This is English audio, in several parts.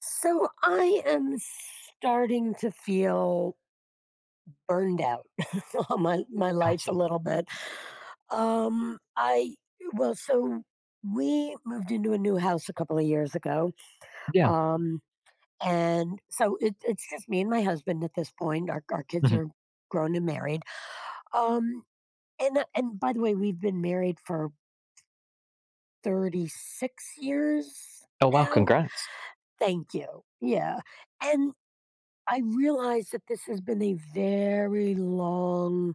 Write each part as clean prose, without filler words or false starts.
So I am starting to feel burned out on my life a Gotcha. little bit. I well, so we moved into a new house a couple of years ago, Yeah. um, and so it's just me and my husband at this point. Our kids Mhm. are grown and married. Um, and by the way, we've been married for 36 years Oh wow! now. Congrats. Thank you. Yeah, and I realize that this has been a very long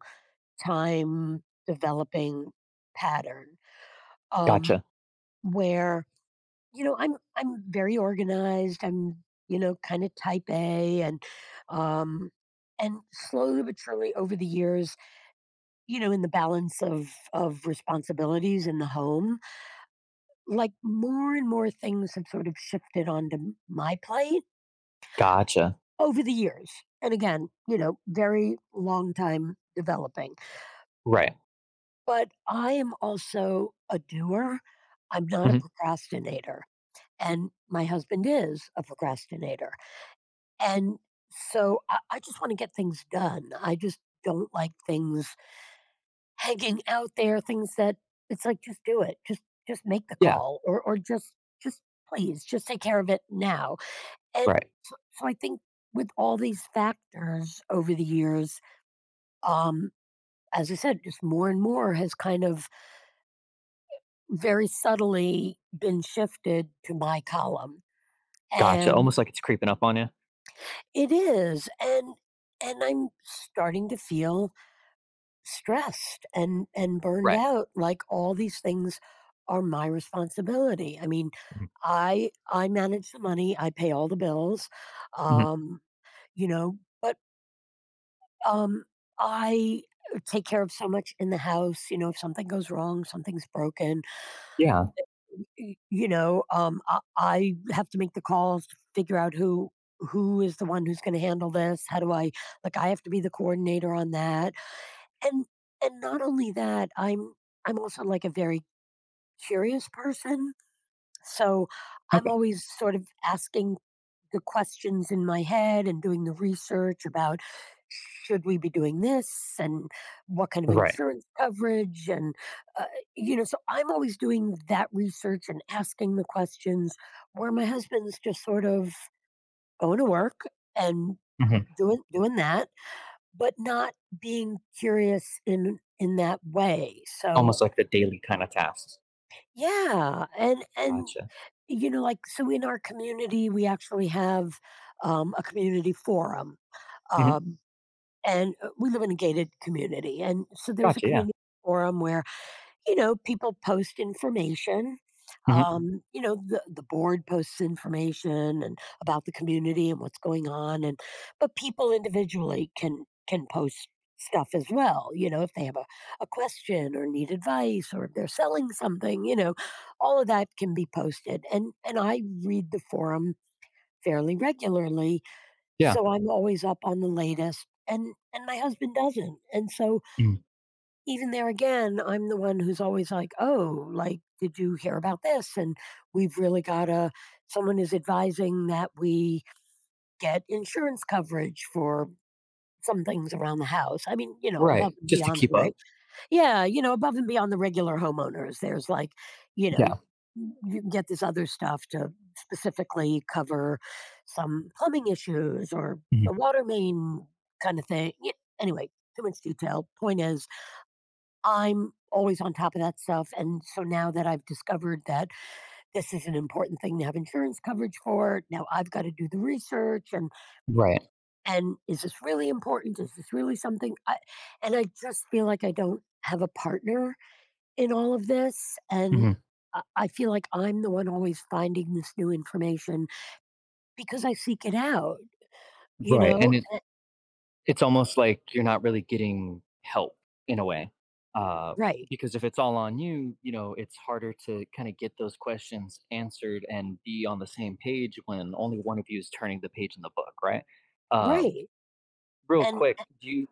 time developing pattern, um, Gotcha. where I'm very organized. I'm, kind of type A and, um, and slowly but surely over the years, in the balance of responsibilities in the home, like more and more things have sort of shifted onto my plate Gotcha. over the years. And again, very long time developing. Right. But I am also a doer. I'm not a Hmm. procrastinator. And my husband is a procrastinator. And so I just want to get things done. I just don't like things hanging out there, things that it's like just do it. Just make the Yeah. call or just please just take care of it now. And Right. so I think with all these factors over the years, um, as I said, just more and more has kind of very subtly been shifted to my column. Gotcha. And Almost like it's creeping up on you. it is, and I'm starting to feel stressed and burned Right. out like all these things are my responsibility. I mean, Hmm. I manage the money, I pay all the bills. Hmm. Um, you know, but um I take care of so much in the house, you know, if something goes wrong, something's broken, Yeah. I have to make the calls to figure out who is the one who's going to handle this. How do I, like, I have to be the coordinator on that. and and not only that, I'm also like a very curious person, so I'm Okay. always sort of asking the questions in my head and doing the research about should we be doing this, and what kind of Right. insurance coverage, and, uh, you know, so I'm always doing that research and asking the questions where my husband's just sort of going to work and Hmm. doing that, but not being curious in that way. So Almost like the daily kind of tasks. yeah, and Gotcha. you know, like, so in our community we actually have, a community forum. Hmm. Um, and we live in a gated community. And so there's a Gotcha. Yeah. community forum where, you know, people post information. Hmm. You know, the board posts information and about the community and what's going on. And, but people individually can post stuff as well. You know, if they have a question or need advice or if they're selling something, you know, all of that can be posted. And I read the forum fairly regularly, Yeah. so I'm always up on the latest, and my husband doesn't. And so Mhm. even there again, I'm the one who's always like, "Oh, like did you hear about this?" And we've really got to, someone is advising that we get insurance coverage for some things around the house. I mean, you know, above Right. and Just to beyond, keep the, right? up. Yeah, you know, above and beyond the regular homeowners, there's like, you know, Yeah. you can get this other stuff to specifically cover some plumbing issues or Hmm. a water main kind of thing. Anyway, too much detail. Point is, I'm always on top of that stuff. And so now that I've discovered that this is an important thing to have insurance coverage for, now I've got to do the research Right. and is this really important? Is this really something I, and I just feel like I don't have a partner in all of this, and Hmm. I feel like I'm the one always finding this new information because I seek it out, you Right. know? And it's almost like you're not really getting help in a way. Uh, Right. because if it's all on you, you know, it's harder to kind of get those questions answered and be on the same page when only one of you is turning the page in the book, right? Um, Right. Real And quick, do you,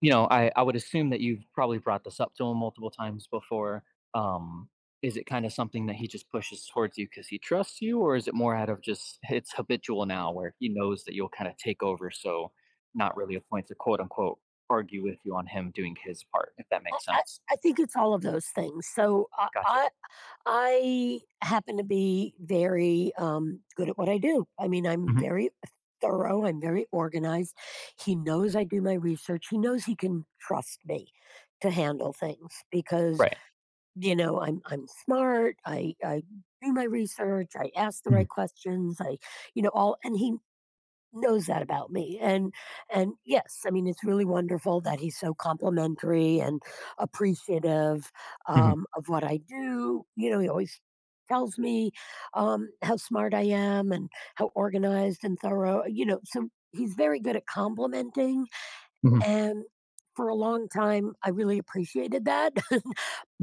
you know, I would assume that you've probably brought this up to him multiple times before. Um, is it kind of something that he just pushes towards you because he trusts you, or is it more out of just it's habitual now where he knows that you'll kind of take over? So, not really a point to quote unquote argue with you on him doing his part, if that I, makes I sense. I think it's all of those things. So I, Gotcha. I, I happen to be very, good at what I do. I mean, I'm Hmm. very thorough. I'm very organized. He knows I do my research. He knows he can trust me to handle things because, Right. you know, I'm smart. I do my research. I ask the Hmm. right questions. I, you know, all, and he knows that about me. And yes, I mean it's really wonderful that he's so complimentary and appreciative, Hmm. Of what I do. You know, he always tells me, how smart I am and how organized and thorough. You know, so he's very good at complimenting, Hmm. and for a long time, I really appreciated that.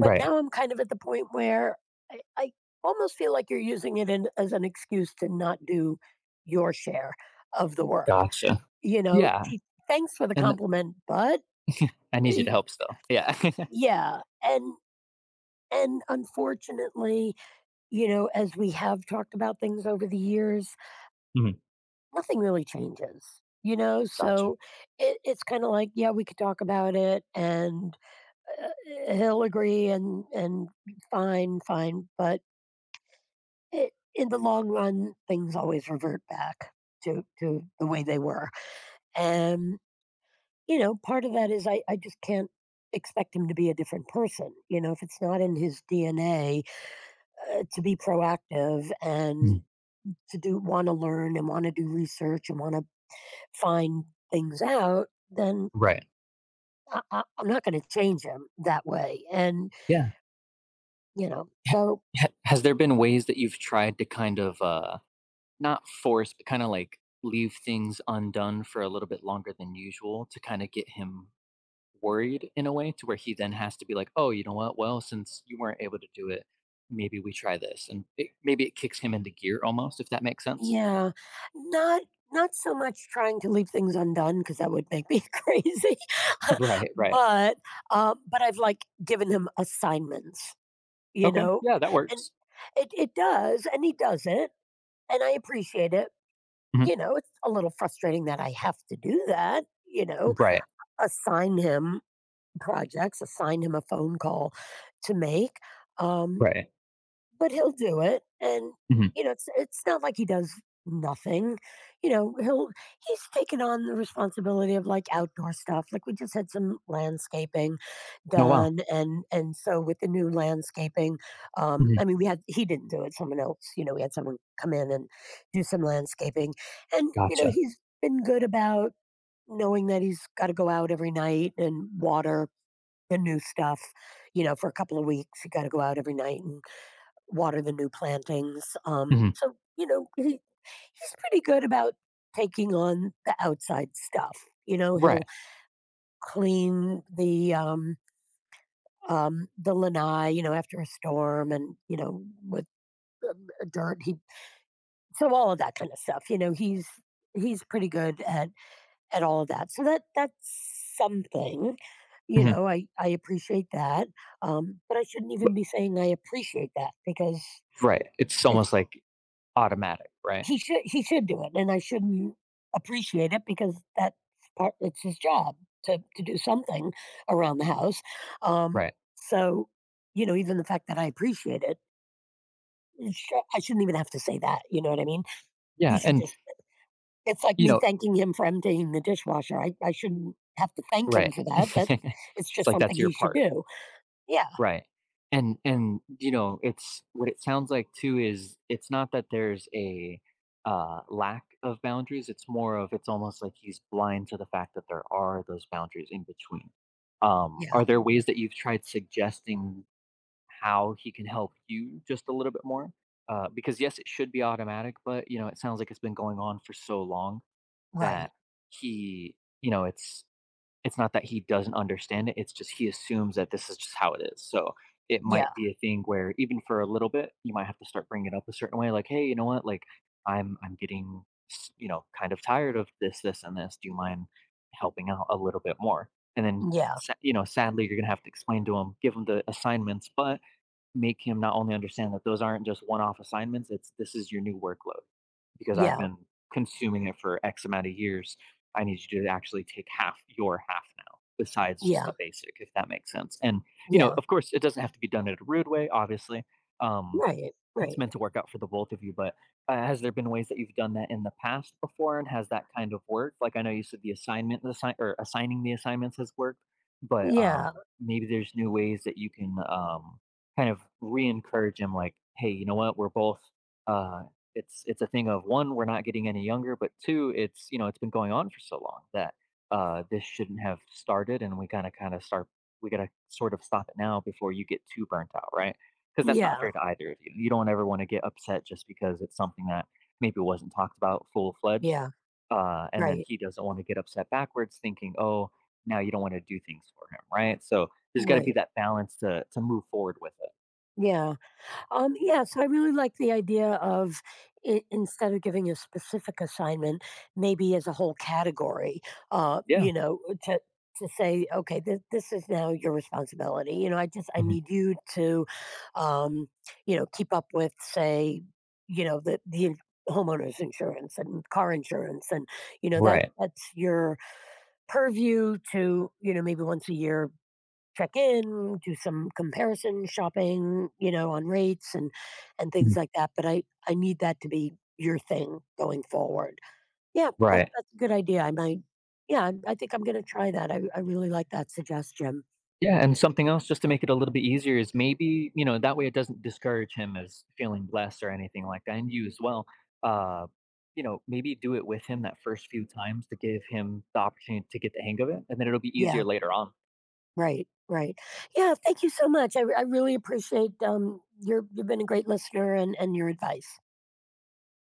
But now I'm kind of at the point where I almost feel like you're using it in, as an excuse to not do your share of the work. Gotcha. You know, Yeah. gee, thanks for the And th- compliment, but I need you eh, to help still. Yeah. yeah. And unfortunately, you know, as we have talked about things over the years, Mhm. nothing really changes, you know? Gotcha. So it's kind of like, yeah, we could talk about it and, Uh, he'll agree and fine, fine, but I in the long run, things always revert back to the way they were, and, you know, part of that is I just can't expect him to be a different person, you know, if it's not in his DNA, to be proactive and Mhm. to do wanna learn and wanna do research and wanna find things out, then Right. I'm not gonna change him that way, and, Yeah. you know, Ha so ha has there been ways that you've tried to kind of, not force, but kinda, like, leave things undone for a little bit longer than usual to kinda get him worried in a way to where he then has to be like, "Oh, you know what? Well, since you weren't able to do it, maybe we try this," and it maybe it kicks him into gear almost, if that makes sense? yeah. Not not so much trying to leave things undone because that would make me crazy. Right, right. But I've like given him assignments, you Okay, know? yeah, that And works. it does and he does it and I appreciate it. You Mhm. know, it's a little frustrating that I have to do that, you know, Right, assign him projects, assign him a phone call to make. Um right. but he'll do it, and Mhm. you know it's not like he does nothing. You know, he'll, he's taken on the responsibility of like outdoor stuff. Like we just had some landscaping Oh, wow. done, and so with the new landscaping, I Mhm. mean we had, he didn't do it, someone else, you know, we had someone come in and do some landscaping. And you know Gotcha. he's been good about knowing that he's got to go out every night and water the new stuff. You know, for a couple of weeks you got to go out every night and water the new plantings, Mhm. so, you know, he's pretty good about taking on the outside stuff. You know, he'll Right. clean the lanai, you know, after a storm and, you know, with dirt, he so all of that kind of stuff, you know, he's pretty good at all of that, so that that's something, you Mhm. know, I appreciate that, but I shouldn't even But be saying I appreciate that because right. It's almost, it's, like, automatic, right? he should he should do it, and I shouldn't appreciate it because that's part it's his job to do something around the house. Um, Right. so, you know, even the fact that I appreciate it, I shouldn't even have to say that. You know what I mean? He Yeah, should and, just. It's like you me know thanking him for emptying the dishwasher. I shouldn't have to thank him right. for that. That it's It's just like, something that's your he should part, do. Yeah. right. And, you know, it's what it sounds like too is it's not that there's a, lack of boundaries, it's more of it's almost like he's blind to the fact that there are those boundaries in between. Yeah. Are there ways that you've tried suggesting how he can help you just a little bit more? Because, yes, it should be automatic, but, you know, it sounds like it's been going on for so long that Right. he you know, it's It's not that he doesn't understand it, it's just he assumes that this is just how it is, so it Yeah. might be a thing where even for a little bit, you might have to start bringing it up a certain way, like, "Hey, you know what, like, I'm getting kind of tired of this, this, and this, do you mind helping out a little bit more?" And then, Yeah. Sadly, you're gonna have to explain to him, give him the assignments, but make him not only understand that those aren't just one-off assignments, it's this is your new workload because I've Yeah. been consuming it for X amount of years. I need you to actually take half your half now, besides just Yeah. a basic, if that makes sense. And you know, Yeah. of course, it doesn't have to be done in a rude way, obviously. Um, Right. it's Right. meant to work out for the both of you, but has there been ways that you've done that in the past before, and has that kind of worked? Like I know you said the assignment or assigning the assignments has worked, but Yeah. Maybe there's new ways that you can kind of re-encourage him. Like, hey, you know what? We're both. Uh, it's a thing of one, we're not getting any younger, but two, it's you know it's been going on for so long that this shouldn't have started, and we kind of start. We gotta sort of stop it now before you get too burnt out, right? Because that's not Yeah. fair to either of you. You don't ever want to get upset just because it's something that maybe wasn't talked about full fledged. Yeah. And then Right. he doesn't want to get upset backwards, thinking, oh, now you don't want to do things for him, right? So there's got to be Right. that balance to move forward with it. Yeah. Yes, I really like the idea of I instead of giving a specific assignment, maybe as a whole category, Yeah. you know, to say, okay, this is now your responsibility. You know, I just I Mhm. need you to, um, you know, keep up with, say, you know, the homeowners insurance and car insurance and you know that Right. that's your purview. To, you know, maybe once a year check in, do some comparison shopping, you know, on rates and things Mhm. like that. But I need that to be your thing going forward. Yeah, that, Right. that's a good idea. I might. Yeah, I think I'm gonna try that. I really like that suggestion. Yeah, and something else just to make it a little bit easier is maybe, you know, that way it doesn't discourage him as feeling blessed or anything like that, and you as well. Uh, you know, maybe do it with him that first few times to give him the opportunity to get the hang of it, and then it'll be Yeah, easier later on. right, right. Yeah, thank you so much. I really appreciate, your, you've been a great listener, and your advice.